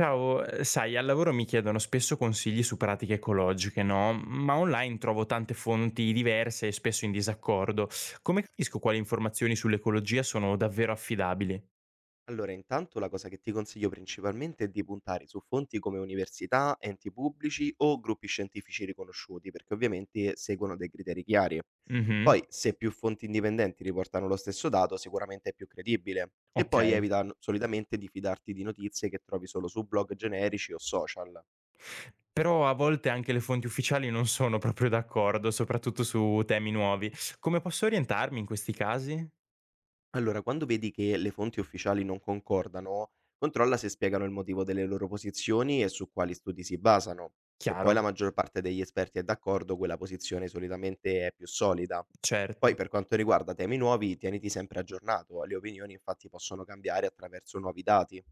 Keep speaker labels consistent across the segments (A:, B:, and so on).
A: Ciao, sai, al lavoro mi chiedono spesso consigli su pratiche ecologiche, no? Ma online trovo tante fonti diverse e spesso in disaccordo. Come capisco quali informazioni sull'ecologia sono davvero affidabili?
B: Allora, intanto la cosa che ti consiglio principalmente è di puntare su fonti come università, enti pubblici o gruppi scientifici riconosciuti, perché ovviamente seguono dei criteri chiari.
A: Mhm,
B: Poi, se più fonti indipendenti riportano lo stesso dato, sicuramente è più credibile. E
A: ok.
B: poi evita solitamente di fidarti di notizie che trovi solo su blog generici o social.
A: Però a volte anche le fonti ufficiali non sono proprio d'accordo, soprattutto su temi nuovi. Come posso orientarmi in questi casi?
B: Allora, quando vedi che le fonti ufficiali non concordano, controlla se spiegano il motivo delle loro posizioni e su quali studi si basano. Se poi la
A: Chiaro,
B: maggior parte degli esperti è d'accordo, quella posizione solitamente è più solida. Poi,
A: certo.
B: per quanto riguarda temi nuovi, tieniti sempre aggiornato, le opinioni infatti possono cambiare attraverso nuovi dati.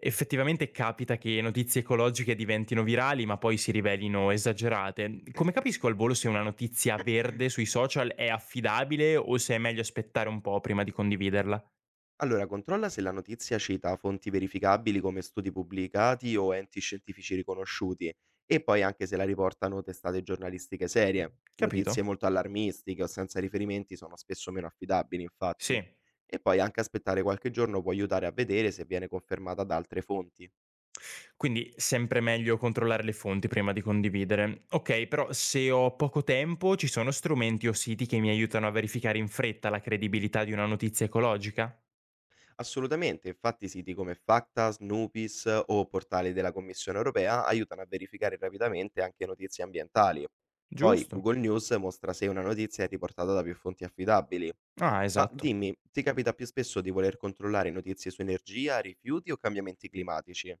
A: Effettivamente capita che notizie ecologiche diventino virali, ma poi si rivelino esagerate. Come capisco al volo se una notizia verde sui social è affidabile o se è meglio aspettare un po' prima di condividerla?
B: Allora, controlla se la notizia cita fonti verificabili come studi pubblicati o enti scientifici riconosciuti e poi anche se la riportano testate giornalistiche serie.
A: Capito?
B: Notizie molto allarmistiche o senza riferimenti sono spesso meno affidabili, infatti.
A: Sì.
B: E poi anche aspettare qualche giorno può aiutare a vedere se viene confermata da altre fonti.
A: Quindi sempre meglio controllare le fonti prima di condividere. Ok, però se ho poco tempo ci sono strumenti o siti che mi aiutano a verificare in fretta la credibilità di una notizia ecologica?
B: Assolutamente, infatti siti come Facta, Snoopis o portali della Commissione europea aiutano a verificare rapidamente anche notizie ambientali. Poi
A: Giusto.
B: Google News mostra se una notizia è riportata da più fonti affidabili.
A: Ah,
B: Ma
A: esatto.
B: dimmi, ti capita più spesso di voler controllare notizie su energia, rifiuti o cambiamenti climatici?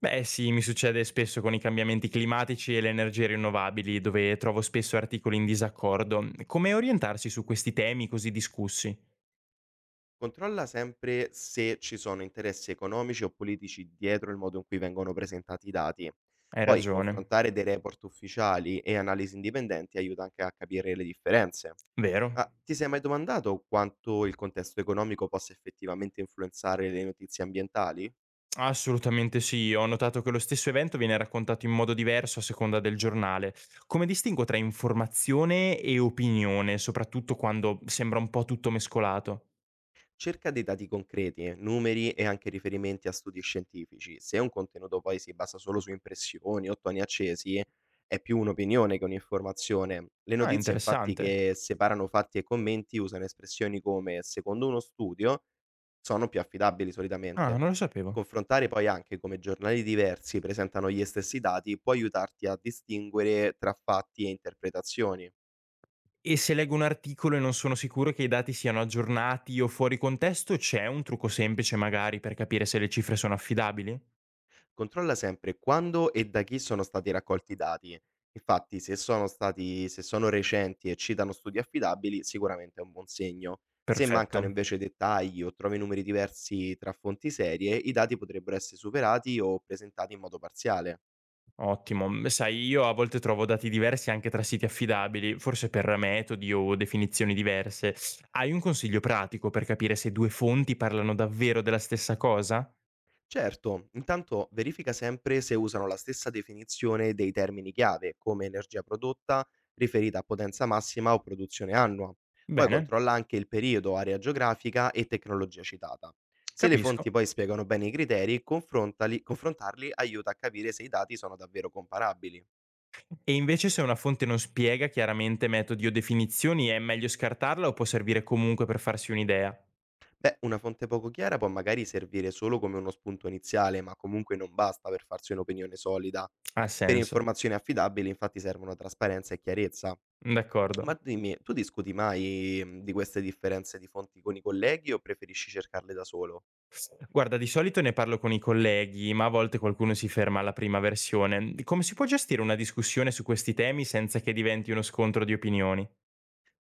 A: Beh sì, mi succede spesso con i cambiamenti climatici e le energie rinnovabili, dove trovo spesso articoli in disaccordo. Come orientarsi su questi temi così discussi?
B: Controlla sempre se ci sono interessi economici o politici dietro il modo in cui vengono presentati i dati.
A: Hai
B: Poi
A: ragione,
B: confrontare dei report ufficiali e analisi indipendenti aiuta anche a capire le differenze.
A: vero?
B: Ma ti sei mai domandato quanto il contesto economico possa effettivamente influenzare le notizie ambientali?
A: Assolutamente sì, ho notato che lo stesso evento viene raccontato in modo diverso a seconda del giornale. Come distingo tra informazione e opinione, soprattutto quando sembra un po' tutto mescolato?
B: Cerca dei dati concreti, numeri e anche riferimenti a studi scientifici. Se un contenuto poi si basa solo su impressioni o toni accesi, è più un'opinione che un'informazione. Le
A: Ah,
B: notizie infatti
A: interessante.
B: che separano fatti e commenti usano espressioni come secondo uno studio sono più affidabili
A: Ah,
B: solitamente.
A: non lo sapevo.
B: Confrontare poi anche come giornali diversi presentano gli stessi dati può aiutarti a distinguere tra fatti e interpretazioni.
A: E se leggo un articolo e non sono sicuro che i dati siano aggiornati o fuori contesto, c'è un trucco semplice magari per capire se le cifre sono affidabili?
B: Controlla sempre quando e da chi sono stati raccolti i dati. Infatti, se sono recenti e citano studi affidabili, sicuramente è un buon segno. Se
A: Perfetto,
B: mancano invece dettagli o trovi numeri diversi tra fonti serie, i dati potrebbero essere superati o presentati in modo parziale.
A: ottimo. Beh, sai, io a volte trovo dati diversi anche tra siti affidabili, forse per metodi o definizioni diverse. Hai un consiglio pratico per capire se due fonti parlano davvero della stessa cosa?
B: Certo, intanto verifica sempre se usano la stessa definizione dei termini chiave, come energia prodotta, riferita a potenza massima o produzione annua. Poi
A: Bene,
B: controlla anche il periodo, area geografica e tecnologia citata. Se le fonti
A: capisco.
B: poi spiegano bene i criteri, confrontarli aiuta a capire se i dati sono davvero comparabili.
A: E invece se una fonte non spiega chiaramente metodi o definizioni, è meglio scartarla o può servire comunque per farsi un'idea?
B: Beh, una fonte poco chiara può magari servire solo come uno spunto iniziale, ma comunque non basta per farsi un'opinione solida.
A: Ha
B: Per
A: senso.
B: informazioni affidabili infatti servono trasparenza e chiarezza.
A: D'accordo.
B: Ma dimmi, tu discuti mai, di queste differenze di fonti con i colleghi o preferisci cercarle da solo?
A: Guarda, di solito ne parlo con i colleghi, ma a volte qualcuno si ferma alla prima versione. Come si può gestire una discussione su questi temi senza che diventi uno scontro di opinioni?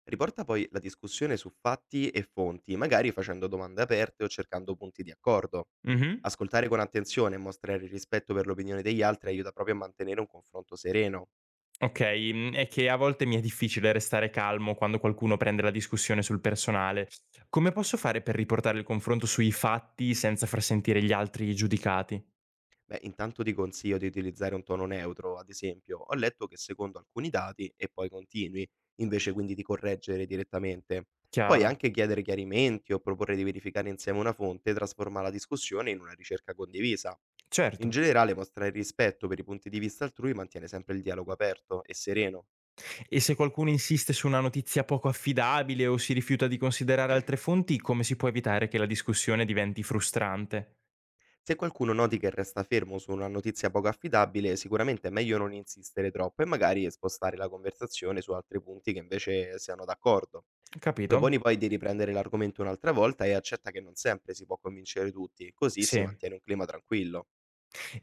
B: Riporta poi la discussione su fatti e fonti, magari facendo domande aperte o cercando punti di accordo.
A: Mhm.
B: Ascoltare con attenzione e mostrare rispetto per l'opinione degli altri aiuta proprio a mantenere un confronto sereno.
A: Ok, è che a volte mi è difficile restare calmo quando qualcuno prende la discussione sul personale. Come posso fare per riportare il confronto sui fatti senza far sentire gli altri giudicati?
B: Beh, intanto ti consiglio di utilizzare un tono neutro, ad esempio, ho letto che secondo alcuni dati e poi continui, invece quindi di correggere direttamente. Puoi
A: Chiaro.
B: anche chiedere chiarimenti o proporre di verificare insieme una fonte e trasformare la discussione in una ricerca condivisa.
A: Certo.
B: In generale, mostrare rispetto per i punti di vista altrui mantiene sempre il dialogo aperto e sereno.
A: E se qualcuno insiste su una notizia poco affidabile o si rifiuta di considerare altre fonti, come si può evitare che la discussione diventi frustrante?
B: Se qualcuno noti che resta fermo su una notizia poco affidabile, sicuramente è meglio non insistere troppo e magari spostare la conversazione su altri punti che invece siano d'accordo.
A: Capito?
B: Proponi poi di riprendere l'argomento un'altra volta e accetta che non sempre si può convincere tutti, così si
A: Sì.
B: mantiene un clima tranquillo.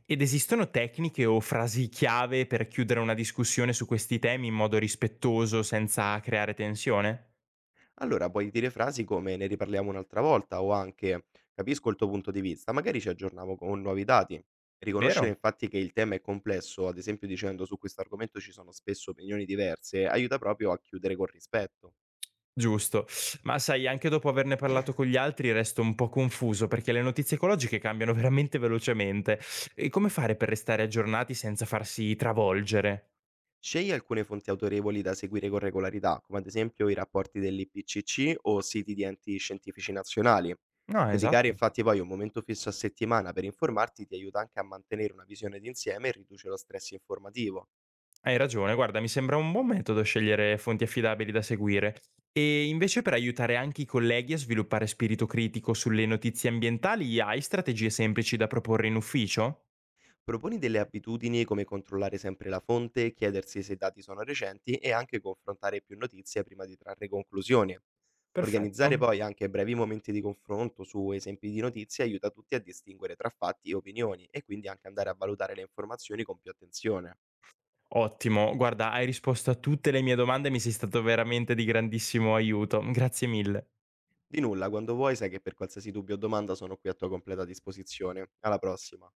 A: Ed esistono tecniche o frasi chiave per chiudere una discussione su questi temi in modo rispettoso senza creare tensione?
B: Allora puoi dire frasi come: "Ne riparliamo un'altra volta" o anche: "Capisco il tuo punto di vista, magari ci aggiorniamo con nuovi dati". Riconoscere
A: Vero?
B: infatti che il tema è complesso, ad esempio dicendo: "Su questo argomento ci sono spesso opinioni diverse", aiuta proprio a chiudere con rispetto.
A: Giusto. Ma sai, anche dopo averne parlato con gli altri resto un po' confuso perché le notizie ecologiche cambiano veramente velocemente. E come fare per restare aggiornati senza farsi travolgere?
B: Scegli alcune fonti autorevoli da seguire con regolarità, come ad esempio i rapporti dell'IPCC o siti di enti scientifici nazionali.
A: No,
B: Dedicare
A: esatto.
B: infatti poi un momento fisso a settimana per informarti ti aiuta anche a mantenere una visione d'insieme e riduce lo stress informativo.
A: Hai ragione, guarda, mi sembra un buon metodo scegliere fonti affidabili da seguire. E invece per aiutare anche i colleghi a sviluppare spirito critico sulle notizie ambientali, hai strategie semplici da proporre in ufficio?
B: Proponi delle abitudini come controllare sempre la fonte, chiedersi se i dati sono recenti e anche confrontare più notizie prima di trarre conclusioni.
A: Perfetto.
B: Organizzare poi anche brevi momenti di confronto su esempi di notizie aiuta tutti a distinguere tra fatti e opinioni e quindi anche andare a valutare le informazioni con più attenzione.
A: Ottimo, guarda, hai risposto a tutte le mie domande e mi sei stato veramente di grandissimo aiuto. Grazie mille.
B: Di nulla, quando vuoi sai che per qualsiasi dubbio o domanda sono qui a tua completa disposizione. Alla prossima.